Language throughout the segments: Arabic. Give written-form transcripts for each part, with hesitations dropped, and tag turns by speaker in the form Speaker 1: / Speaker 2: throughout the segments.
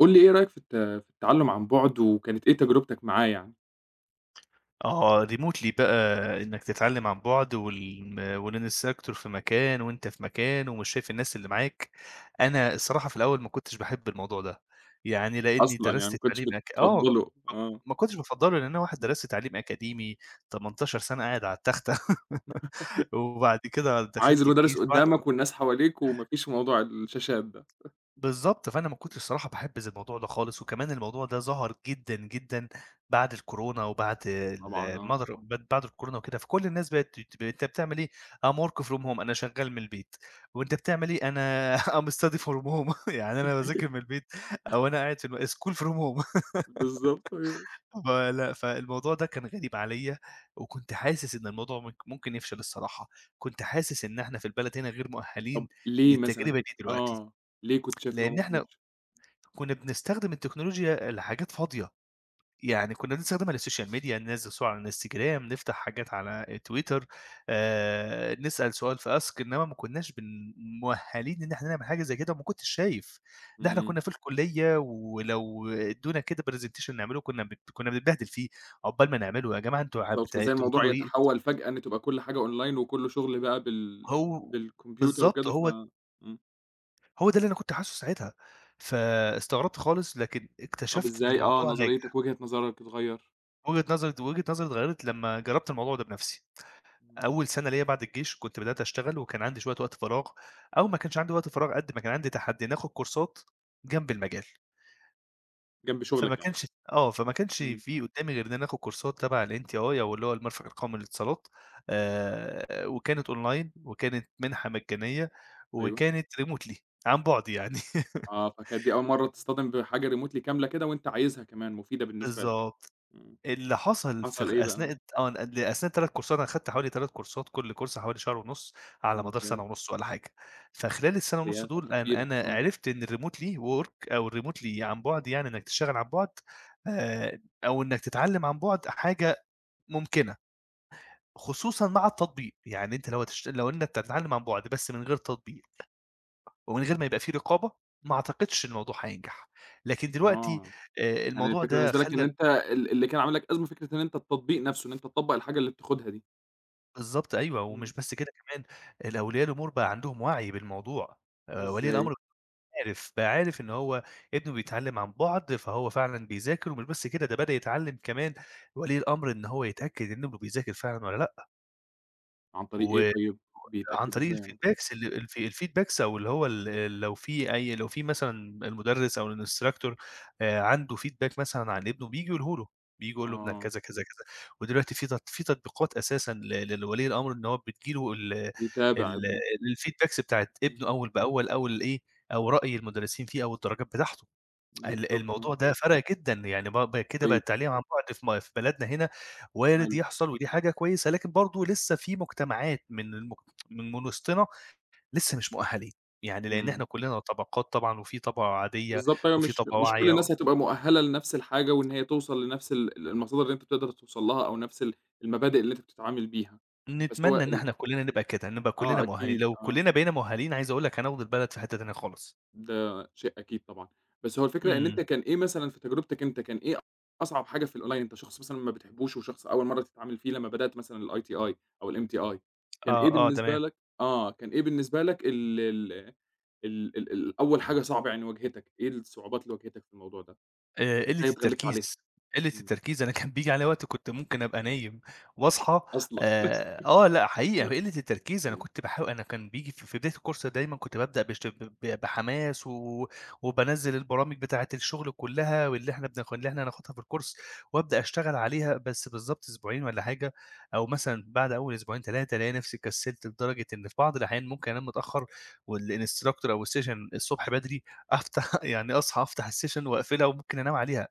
Speaker 1: قُل لي إيه رأيك في التعلُّم عن بُعد، وكانت إيه تجربتك معاه يعني؟
Speaker 2: Remotely بقى إنك تتعلم عن بعد والinstructor في مكان وأنت في مكان ومش شايف الناس اللي معاك. أنا الصراحة في الأول ما كنتش باحب الموضوع ده، يعني لإني
Speaker 1: أصلًا يعني
Speaker 2: درست
Speaker 1: ما كنتش
Speaker 2: تعليم أك آه ما
Speaker 1: بتفضّله،
Speaker 2: ك
Speaker 1: آه.
Speaker 2: ما كنتش بافضّله لإن أنا واحد
Speaker 1: إمم.
Speaker 2: درست تعليم أكاديمي 18 سنة قاعد على التختة وبعد كده
Speaker 1: عايز
Speaker 2: دخلت الجيش
Speaker 1: المدرس
Speaker 2: بعد
Speaker 1: قدّامك والناس حواليك وما فيش موضوع الشاشات ده.
Speaker 2: بالضبط. فأنا ما كنتش الصراحة باحبّذ الموضوع ده خالص، وكمان الموضوع ده ظهر جدًا، جدًا بعد الكورونا وبعد
Speaker 1: طبعًا
Speaker 2: ال
Speaker 1: آه.
Speaker 2: مدر ب بعد الكورونا وكده، فكل الناس بقت ت أنت بتعمل إيه؟ I'm work from home، أنا شغّال من البيت، وأنت بتعمل إيه؟ أنا I'm study from home يعني أنا باذاكر من البيت، أو أنا قاعد في school from home.
Speaker 1: بالضبط أيوه.
Speaker 2: فلأ، فالموضوع ده كان غريب عليّا، وكنت حاسس إن الموضوع ممكن يفشل الصراحة. كنت حاسس إن إحنا في البلد هنا غير
Speaker 1: طَب
Speaker 2: مؤهلين
Speaker 1: ليه مثلًا
Speaker 2: للتجربة
Speaker 1: كنت
Speaker 2: دي دلوقتي،
Speaker 1: ليه كنت شايف إن هو
Speaker 2: لإن
Speaker 1: ممكن
Speaker 2: إحنا
Speaker 1: يفشل؟
Speaker 2: كنا بنستخدم التكنولوجيا لحاجات فاضية. يعني كنا بنستخدمها للسوشيال ميديا، ننزّل صور على الإنستجرام، نفتح حاجات على تويتر، نسأل سؤال في ask، إنما ما كناش بن مؤهلين إن إحنا نعمل حاجة زي كده وما كنتش شايف. ده إحنا
Speaker 1: إمم.
Speaker 2: كنا في الكلية ولو ادّونا كده presentation نعمله كنا بنتبهدل فيه، عقبال ما نعمله. يا جماعة، أنتم ع
Speaker 1: بالضبط،
Speaker 2: بت
Speaker 1: فإزاي
Speaker 2: أنتم
Speaker 1: الموضوع
Speaker 2: بتقولوا إيه؟
Speaker 1: يتحوّل فجأة إن تبقى كل حاجة أونلاين وكلّه شُغل بقى
Speaker 2: هو
Speaker 1: بالكمبيوتر
Speaker 2: بالضبط،
Speaker 1: وكده.
Speaker 2: هو
Speaker 1: إمم.
Speaker 2: هو ده اللي أنا كنت حاسه ساعتها. فاستغربت خالص لكن
Speaker 1: طَب
Speaker 2: اكتشفت إن
Speaker 1: إزاي
Speaker 2: الموضوع
Speaker 1: نظريتك
Speaker 2: ناجح.
Speaker 1: وجهة نظرك اتغيّر؟
Speaker 2: وجهة نظري اتغيّرت لمّا جرّبت الموضوع ده بنَفْسي.
Speaker 1: إمم.
Speaker 2: أول سَنة ليّا بعد الجيش كنت بدأت أشتغل وكان عندي شوية وقت فراغ، أو ما كانش عندي وقت فراغ قد ما كان عندي تحدّي إني آخُد كورسات جنب المجال.
Speaker 1: جنب
Speaker 2: فما
Speaker 1: شُغلك يعني.
Speaker 2: كانش فما كانش
Speaker 1: إمم.
Speaker 2: في قُدّامي غير إن أنا آخُد كورسات تَبَع الNTI أو اللي هو المرفق القومي للاتصالات. وكانت أونلاين وكانت مِنحة مجانية
Speaker 1: أيوه.
Speaker 2: وكانت remotely عن بُعد يعني.
Speaker 1: آه، فكانت دي أول مرّة تصطدم بحاجة remotely كاملة كده وأنت عايزها كمان، مفيدة بالنسبة لك.
Speaker 2: بالضبط.
Speaker 1: إمم.
Speaker 2: اللي حصل في غ
Speaker 1: حصل إيه بقى؟
Speaker 2: أثناء آه، ل أثناء ال3 كورسات. أنا خدت حوالي 3 كورسات، كل كورس حوالي شهر ونُص على مدار
Speaker 1: ممتاز.
Speaker 2: سنة ونُص والّا حاجة.
Speaker 1: آه،
Speaker 2: فخلال السنة ونُص
Speaker 1: فهي
Speaker 2: دول
Speaker 1: فترة
Speaker 2: أنا
Speaker 1: كبيرة،
Speaker 2: أنا
Speaker 1: آه.
Speaker 2: عرفت إن الremotely work أو الremotely عن بُعد، يعني إنك تشتغل عن بُعد أو إنك تتعلم عن بُعد حاجة ممكنة، خصوصًا مع التطبيق. يعني أنت لو إنك تتعلم عن بُعد بس من غير تطبيق ومن غير ما يبقى في رقابة، ما أعتقدش الموضوع هينجح. لكن دلوقتي
Speaker 1: آه. يعني
Speaker 2: الموضوع
Speaker 1: الفكرة
Speaker 2: ده
Speaker 1: بالنسبة لك إن
Speaker 2: خلّى
Speaker 1: أنت اللي كان عامل لك أزمة فكرة إن أنت التطبيق نفسه، إن أنت تطبّق الحاجة اللي بتاخدها دي.
Speaker 2: بالضبط، أيوه، ومش
Speaker 1: إمم.
Speaker 2: بس كده كمان، الأولياء الأمور بقى عندهم وعي بالموضوع. ولي
Speaker 1: إزاي؟
Speaker 2: الأمر عارف، بقى عارف إن هو ابنه بيتعلّم عن بُعد، فهو فعلًا بيذاكر، ومش بس كده ده بدأ يتعلّم كمان ولي الأمر إن هو يتأكد إن ابنه بيذاكر فعلًا والّا لأ،
Speaker 1: عن طريق إيه
Speaker 2: و
Speaker 1: طيب؟
Speaker 2: عن
Speaker 1: بيتأكد
Speaker 2: طريق
Speaker 1: إزاي على كده؟
Speaker 2: الfeedbacks أو اللي هو ال، لو في مثلًا المُدرِّس أو الinstructor عنده feedback مثلًا عن ابنه، بييجي يقوله له، بييجي يقول له ابنك
Speaker 1: آه.
Speaker 2: كذا، كذا، كذا. ودلوقتي في تط في تطبيقات أساسًا لولي الأمر إن هو بتيجي له ال
Speaker 1: بيتابع
Speaker 2: ال
Speaker 1: ابنه.
Speaker 2: الfeedbacks بتاعة
Speaker 1: إمم.
Speaker 2: ابنه أول بأول أو الإيه، أو رأي المُدرِّسين فيه أو الدرجات بتاعته.
Speaker 1: بالضبط، آه.
Speaker 2: الموضوع ده فرَق جدًا. يعني ب ب كده بقى
Speaker 1: طيب.
Speaker 2: التعليم عن بُعد في م في بلدنا هنا وارد
Speaker 1: حلو.
Speaker 2: يحصل، ودي حاجة كويسة. لكن برضه لسه في مجتمعات من المج من من وسطنا لسه مش مؤهلين. يعني لإن
Speaker 1: إمم.
Speaker 2: إحنا كلّنا طبقات طبعًا، وفي طبقة عادية
Speaker 1: بالضبط أيوه،
Speaker 2: وفي
Speaker 1: مش
Speaker 2: طبقة
Speaker 1: مش كل
Speaker 2: واعية.
Speaker 1: الناس هتبقى مؤهّلة لنفس الحاجة، وإن هي توصل لنفس ال ال المصادر اللي أنت بتقدر توصل لها أو نفس المبادئ اللي أنت بتتعامل بيها. بس هو
Speaker 2: نتمنى إن
Speaker 1: ال
Speaker 2: إحنا كلّنا نبقى كده، نبقى كلّنا
Speaker 1: آه
Speaker 2: مؤهلين.
Speaker 1: أكيد،
Speaker 2: لو
Speaker 1: آه.
Speaker 2: كلّنا بقينا مؤهلين، عايز أقول لك هناخد البلد في حتّة تانية خالص.
Speaker 1: ده شيء أكيد طبعًا. بس هو الفكرة، إن
Speaker 2: إمم.
Speaker 1: أنت كان إيه مثلًا في تجربتك أنت؟ كان إيه أصعب حاجة في الأونلاين؟ أنت شخص مثلًا ما بتحبوش وشخص أول مرّة تتعامل فيه لمّا بدأت مثلًا الITI أو الMTI، كان
Speaker 2: آه،
Speaker 1: إيه
Speaker 2: آه،
Speaker 1: بالنسبة
Speaker 2: تمام.
Speaker 1: لك كان إيه بالنسبة لك ال أول حاجة صعبة يعني واجهتك؟ إيه الصعوبات اللي واجهتك في الموضوع ده،
Speaker 2: قِلّة
Speaker 1: وإزاي اتغلّبت عليها؟
Speaker 2: التركيز. قِلّة
Speaker 1: إمم.
Speaker 2: التركيز، أنا كان بييجي عليَّ وقت كنت ممكن أبقى نايم وأصحى.
Speaker 1: أصلًا
Speaker 2: لأ حقيقة
Speaker 1: لأ.
Speaker 2: قِلّة التركيز، أنا كنت باحاول. أنا كان بييجي في بداية الcourse دايمًا كنت بابدأ بش ب بحماس وبانزّل البرامج بتاعة الشغل كلّها، واللي إحنا بناخ اللي إحنا هناخدها في الcourse وأبدأ أشتغل عليها. بس بالضبط أسبوعين والّا حاجة أو مثلًا بعد أول أسبوعين 3 ألاقي نفسي كسّلت، لدرجة إن في بعض الأحيان ممكن أنام متأخّر، والinstructor أو الsession الصبح بدري أفتح يعني أصحى أفتح الsession وأقفلها وممكن أنام عليها.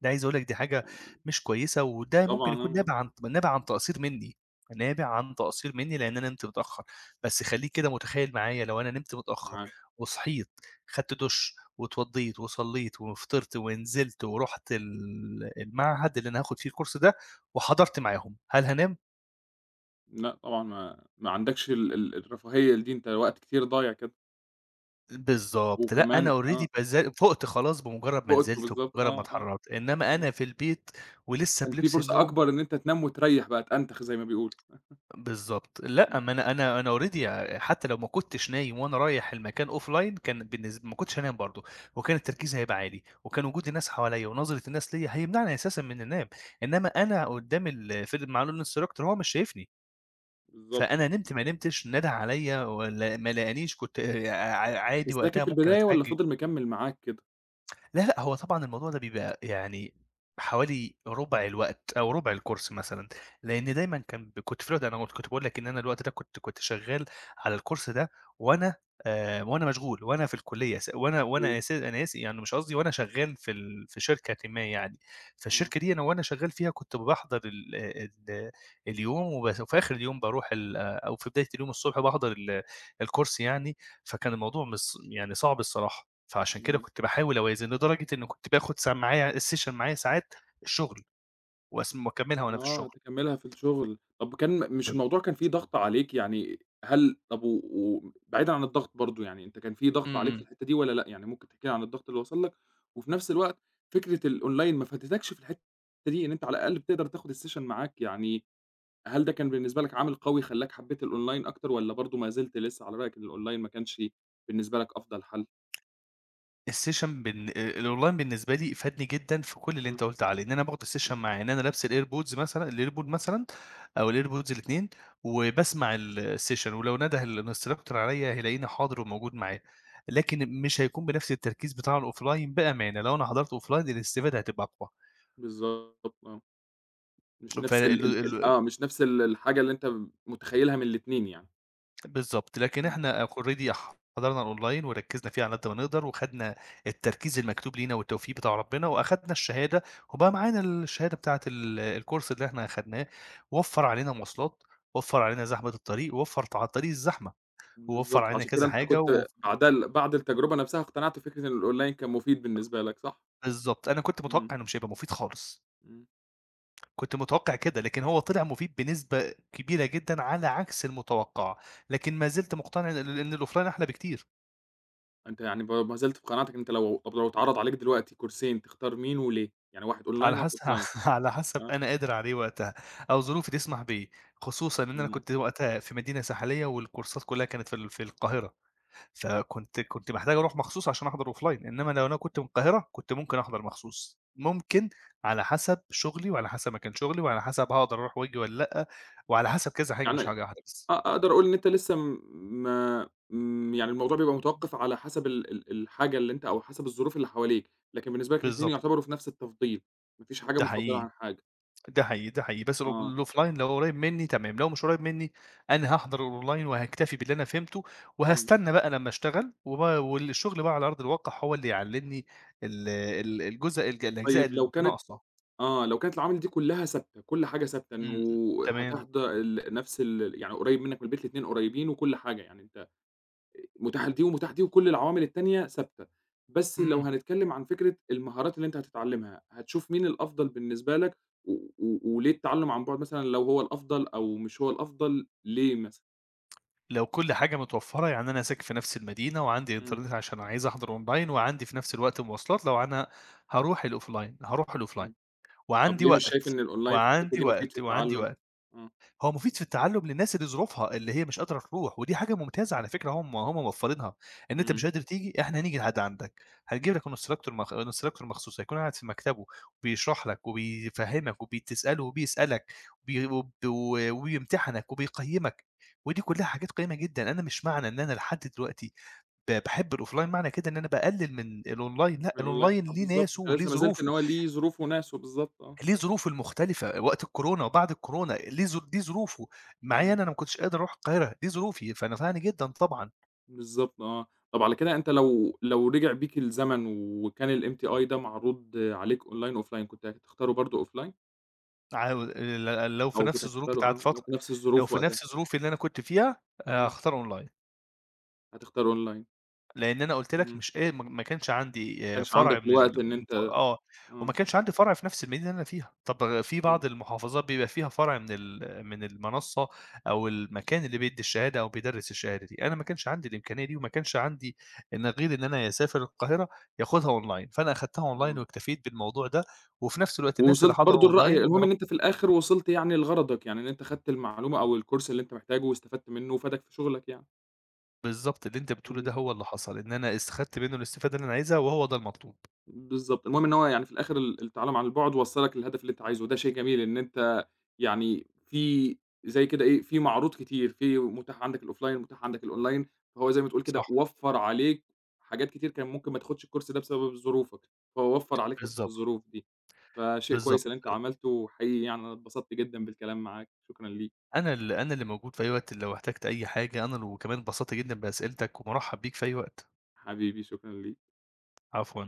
Speaker 2: ده عايز أقول لك دي حاجة
Speaker 1: يعني
Speaker 2: مش كويسة، وده ممكن
Speaker 1: طبعًا
Speaker 2: يكون
Speaker 1: آه.
Speaker 2: نابع عن تقصير مني. نابع عن تقصير مني لإن أنا نمت متأخر. بس خلّيك كده متخيل معايا، لو أنا نمت متأخر
Speaker 1: معاك.
Speaker 2: وصحيت، خدت دُش واتوضّيت وصلّيت وفطرت ونزلت ورُحت المعهد اللي أنا هاخد فيه الكورس ده وحضرت معاهم، هل هانام؟
Speaker 1: لأ طبعًا ما عندكش ال ال الرفاهية دي، أنت وقت كتير ضايع كده.
Speaker 2: بالضبط، لأ أنا
Speaker 1: وكمان
Speaker 2: already
Speaker 1: آه.
Speaker 2: فُقت خلاص بمجرد ما
Speaker 1: فُقت
Speaker 2: نزلت
Speaker 1: بالضبط
Speaker 2: وبمجرد ما
Speaker 1: آه، آه.
Speaker 2: اتحركت. إنما
Speaker 1: إمم.
Speaker 2: أنا في البيت ولسه
Speaker 1: كان في
Speaker 2: بلبس
Speaker 1: فرصة
Speaker 2: النوم
Speaker 1: أكبر إن أنت تنام وتريّح بقى، تأنتخ زي ما بيقولوا.
Speaker 2: بالضبط. لأ،
Speaker 1: إمم.
Speaker 2: ما أنا already، حتى لو ما كنتش نايم وأنا رايح المكان offline كان ما كنتش هانام برضه، وكان
Speaker 1: إمم،
Speaker 2: تركيزي هيبقى عالي، وكان وجود الناس حواليّا ونظرة الناس ليّا هيمنعني أساسًا من النوم. إنما أنا
Speaker 1: إمم،
Speaker 2: قدّام ال في ال مع الinstructor هو مش شايفني،
Speaker 1: بالضبط.
Speaker 2: فأنا نمت ما نمتش، نادى عليّا ولا ما لقانيش، كنت ع عادي
Speaker 1: بس ده كان
Speaker 2: وقتها
Speaker 1: في
Speaker 2: ممكن
Speaker 1: البداية والّا
Speaker 2: أتحجج.
Speaker 1: فضل مكمّل معاك كده؟
Speaker 2: لا، لأ، هو طبعًا الموضوع ده بيبقى يعني حوالي رُبع الوقت أو رُبع الكورس مثلًا.
Speaker 1: إمم.
Speaker 2: لإن دايمًا كان ب كنت في الوقت. أنا كنت باقول لك إن أنا الوقت ده كنت شغّال على الكورس ده، وأنا وأنا مشغول، وأنا في الكلية س وأنا وأنا
Speaker 1: أيوه.
Speaker 2: أس أنا آسف يعني مش قصدي، وأنا شغّال في ال في شركةٍ ما يعني.
Speaker 1: آه.
Speaker 2: فالشركة دي أنا وأنا شغّال فيها كنت باحضر ال اليوم وبس، وفي آخر اليوم باروح ال أو في بداية اليوم الصبح باحضر الكورس يعني. فكان الموضوع مش ص يعني صعب الصراحة. فعشان كده
Speaker 1: إمم.
Speaker 2: كنت باحاول أوازن، لدرجة إن كنت باخد ساع معايا الsession معايا ساعات الشغل وأكمّلها وأنا في
Speaker 1: آه،
Speaker 2: الشغل.
Speaker 1: تكمّلها في الشغل. طب كان مش
Speaker 2: طب
Speaker 1: الموضوع كان فيه ضغط عليك؟ يعني هل طب و وبعيدًا عن الضغط برضه، يعني أنت كان في
Speaker 2: إمم،
Speaker 1: ضغط عليك في
Speaker 2: إمم.
Speaker 1: الحتّة دي والّا لأ؟ يعني ممكن تحكي لي عن الضغط اللي وصل لك، وفي نفس الوقت فكرة الأونلاين ما فاتتكش في الحتّة دي، إن أنت على الأقل بتقدر تاخد الsession معاك، يعني هل ده كان بالنسبة لك عامل قوي خلّاك حبّيت الأونلاين أكتر والّا برضه ما زلت لسه على رأيك إن الأونلاين ما كانش بالنسبة لك أفضل حَل؟
Speaker 2: الsession بن الonline بالنسبة لي فادني جدًا في كل اللي
Speaker 1: إمم،
Speaker 2: أنت قُلت عليه. إن أنا باخد الsession
Speaker 1: إمم.
Speaker 2: معايا، إن أنا لابس الairpod مثلًا أو الairpods الاتنين وباسمع الsession، ولو نده الinstructor عليّا هيلاقيني حاضر وموجود معاه. لكن مش هيكون بنفس التركيز بتاع الoffline بأمانة. لو أنا حضرت offline الاستفادة هتبقى أقوى.
Speaker 1: بالضبط آه، مش نفس
Speaker 2: فال
Speaker 1: ال ال ال
Speaker 2: ال
Speaker 1: مش نفس الحاجة اللي أنت متخيّلها من الاتنين يعني.
Speaker 2: بالضبط، لكن
Speaker 1: إمم.
Speaker 2: إحنا already حضرنا الأونلاين وركّزنا فيه على قد ما نقدر، وخدنا التركيز المكتوب لينا والتوفيق بتاع ربنا، وأخدنا الشهادة، وبقى معانا الشهادة بتاعة الكورس اللي إحنا أخدناه. وفّر علينا مواصلات، وفّر علينا زحمة الطريق، ووفّر على الطريق الزحمة، ووفّر
Speaker 1: بالضبط،
Speaker 2: علينا
Speaker 1: فعشان كده
Speaker 2: كذا
Speaker 1: أنت
Speaker 2: حاجة
Speaker 1: كنت بعدها بعد التجربة نفسها اقتنعت بفكرة إن الأونلاين كان مفيد بالنسبة لك صح؟
Speaker 2: بالضبط. أنا كنت
Speaker 1: إمم.
Speaker 2: متوقع إنه مش هيبقى مفيد خالص،
Speaker 1: إمم.
Speaker 2: كنت متوقع كده، لكن هو طلع مفيد بنسبة كبيرة جدًا على عكس المتوقع. لكن ما زلت مقتنع إن الأوفلاين أحلى بكتير.
Speaker 1: أنت يعني ما زلت في قناعتك إن أنت لو طب لو اتعرض عليك دلوقتي كورسين تختار مين وليه؟ يعني واحد
Speaker 2: على
Speaker 1: أونلاين وواحد
Speaker 2: حسب.
Speaker 1: أوفلاين.
Speaker 2: على حسب
Speaker 1: آه.
Speaker 2: أنا قادر عليه وقتها، أو ظروفي تسمح بيه. خصوصًا إن أنا
Speaker 1: إمم،
Speaker 2: كنت وقتها في مدينة ساحلية والكورسات كلها كانت في ال في القاهرة. فكنت محتاج أروح مخصوص عشان أحضر offline. إنما لو أنا كنت من القاهرة كنت ممكن أحضر مخصوص، ممكن. على حسب شغلي وعلى حسب مكان شغلي وعلى حسب هاقدر أروح وآجي والّا لأ، وعلى
Speaker 1: إمم.
Speaker 2: حسب كذا حاجة
Speaker 1: يعني
Speaker 2: مش حاجة واحدة بس.
Speaker 1: أقدر أقول إن أنت لسه م ما م يعني الموضوع بيبقى متوقف على حسب ال ال الحاجة اللي أنت، أو حسب الظروف اللي حواليك، لكن بالنسبة لك الاتنين
Speaker 2: بالضبط،
Speaker 1: يعتبروا في نفس التفضيل، ما فيش حاجة
Speaker 2: ده
Speaker 1: مفضلة
Speaker 2: حقيقي.
Speaker 1: عن حاجة.
Speaker 2: ده حقيقي، ده حقيقي، بس الأوف
Speaker 1: آه.
Speaker 2: الoffline لو قريب منّي تمام. لو مش قريب منّي أنا هاحضر الonline وهاكتفي باللي أنا فهمته،
Speaker 1: إمم.
Speaker 2: وهاستنى بقى لمّا اشتغل، والشغل بقى على أرض الواقع هو اللي يعلّمني ال ال الجزء الج الأجزاء
Speaker 1: طيب لو
Speaker 2: اللي
Speaker 1: كانت
Speaker 2: ناقصة.
Speaker 1: لو كانت العوامل دي كلّها ثابتة، كل حاجة ثابتة
Speaker 2: إمم،
Speaker 1: إنه
Speaker 2: إمم،
Speaker 1: إمم.
Speaker 2: تمام،
Speaker 1: هتحض ال نفس ال يعني قريّب منّك من البيت الاتنين قريّبين وكل حاجة، يعني أنت متاح لدي ومتاح لدي وكل العوامل التانية ثابتة، بس لو
Speaker 2: إمم.
Speaker 1: هنتكلّم عن فكرة المهارات اللي أنت هتتعلّمها، هتشوف مين الأفضل بالنسبة لك و و وليه التعلُّم عن بُعد مثلًا لو هو الأفضل أو مش هو الأفضل ليه مثلًا؟
Speaker 2: لو كل حاجة متوفّرة، يعني أنا ساكن في نفس المدينة وعندي
Speaker 1: إمم،
Speaker 2: إنترنت عشان عايز أحضر online وعندي في نفس الوقت مواصلات، لو أنا هاروح الoffline هاروح الoffline
Speaker 1: إمم. طب
Speaker 2: وعندي
Speaker 1: ليه مش شايف
Speaker 2: وقت،
Speaker 1: إن الأونلاين في الحتّة
Speaker 2: وعندي
Speaker 1: دي مفيد في
Speaker 2: وقت، وعندي
Speaker 1: التعلُّم؟
Speaker 2: وقت.
Speaker 1: آه.
Speaker 2: هو مفيد في التعلُّم للناس اللي ظروفها، اللي هي مش قادرة تروح. ودي حاجة ممتازة على فكرة، هم هم موفّرينها. إن أنت
Speaker 1: إمم.
Speaker 2: مش قادر تيجي، إحنا هنيجي لحد عندك، هنجيب لك instructor مخصوص، هيكون قاعد في مكتبه وبيشرح لك وبيفهّمك وبتسأله وبيسألك وبي وب وبيمتحنك وبيقيّمك. ودي كلّها حاجات قيّمة جدًا. أنا مش معنى إن أنا لحد دلوقتي باحب الoffline معنى كده إن أنا باقلِّل من الonline، لأ،
Speaker 1: الأونلاين
Speaker 2: الonline ليه
Speaker 1: بالضبط،
Speaker 2: ناسه
Speaker 1: أنت
Speaker 2: وليه
Speaker 1: لسه ما زلت إن
Speaker 2: ظروفه.
Speaker 1: هو ليه ظروفه وناسه، بالضبط آه.
Speaker 2: ليه ظروفه المختلفة، وقت الكورونا وبعد الكورونا ليه دي ظروفه. معايا
Speaker 1: إمم.
Speaker 2: أنا ما كنتش قادر أروح القاهرة، دي ظروفي، فنفعني جدًا طبعًا.
Speaker 1: بالضبط آه. طب على كده أنت لو رجع بيك الزمن وكان الMTI ده معروض عليك online offline كنت هتختاره برضه offline؟
Speaker 2: عاو ل لو في
Speaker 1: أو
Speaker 2: نفس
Speaker 1: كنت
Speaker 2: الظروف
Speaker 1: هتختاره
Speaker 2: بتاعة
Speaker 1: لو
Speaker 2: فترة،
Speaker 1: في نفس
Speaker 2: لو
Speaker 1: الظروف
Speaker 2: في
Speaker 1: وقتها.
Speaker 2: نفس ظروفي اللي أنا كنت فيها،
Speaker 1: إمم،
Speaker 2: هاختار أونلاين.
Speaker 1: هتختار online.
Speaker 2: لإن أنا قُلت
Speaker 1: إمم،
Speaker 2: لك
Speaker 1: ما
Speaker 2: مش قا ما ما كانش عندي
Speaker 1: كانش
Speaker 2: فرع
Speaker 1: عندك
Speaker 2: من ال
Speaker 1: الوقت إن
Speaker 2: من
Speaker 1: أنت
Speaker 2: ف آه، وما
Speaker 1: آه،
Speaker 2: كانش عندي فرع في نفس المدينة اللي أنا فيها. طب في بعض
Speaker 1: بالضبط
Speaker 2: المحافظات بيبقى فيها فرع من ال من المنصة أو المكان اللي بيدّي الشهادة أو بيدرّس الشهادة دي، أنا ما كانش عندي الإمكانية دي وما كانش عندي إن غير إن أنا ياسافر القاهرة ياخدها أونلاين. فأنا أخدتها أونلاين
Speaker 1: آه.
Speaker 2: واكتفيت بالموضوع ده. وفي نفس الوقت الناس اللي
Speaker 1: ووصلت
Speaker 2: حضروا
Speaker 1: برضه
Speaker 2: أونلاين
Speaker 1: الرأي
Speaker 2: يا
Speaker 1: المهم
Speaker 2: رب
Speaker 1: إن أنت في الآخر وصلت يعني لغرضك، يعني إن أنت خدت المعلومة أو الcourse اللي أنت محتاجه واستفدت منه وفادك في شغلك يعني.
Speaker 2: بالضبط، اللي أنت بتقوله ده
Speaker 1: إمم.
Speaker 2: هو اللي حصل، إن أنا استخدت منه الاستفادة اللي أنا عايزها وهو ده المطلوب.
Speaker 1: بالضبط، المهم إن هو يعني في الآخر التعلُّم عن البُعد وصّلك للهدف اللي أنت عايزه، وده شيء جميل إن أنت يعني في زي كده إيه، في معروض كتير، في متاح عندك الoffline متاح عندك الonline، فهو زي ما تقول
Speaker 2: صح،
Speaker 1: كده وفّر عليك حاجات كتير كان ممكن ما تاخدش الكورس ده بسبب ظروفك، فهو وفّر عليك حتّة
Speaker 2: بالضبط،
Speaker 1: الظروف دي، فشيء
Speaker 2: بالضبط.
Speaker 1: كويس اللي أنت عملته، وحقيقي يعني أنا اتبسطت جدًا بالكلام معاك، شكرًا ليك،
Speaker 2: أنا اللي موجود في أي وقت لو احتجت أي حاجة. أنا ل وكمان اتبسطت جدًا بأسئلتك ومُرحّب بيك في أي وقت.
Speaker 1: حبيبي شكرًا ليك.
Speaker 2: عفوًا.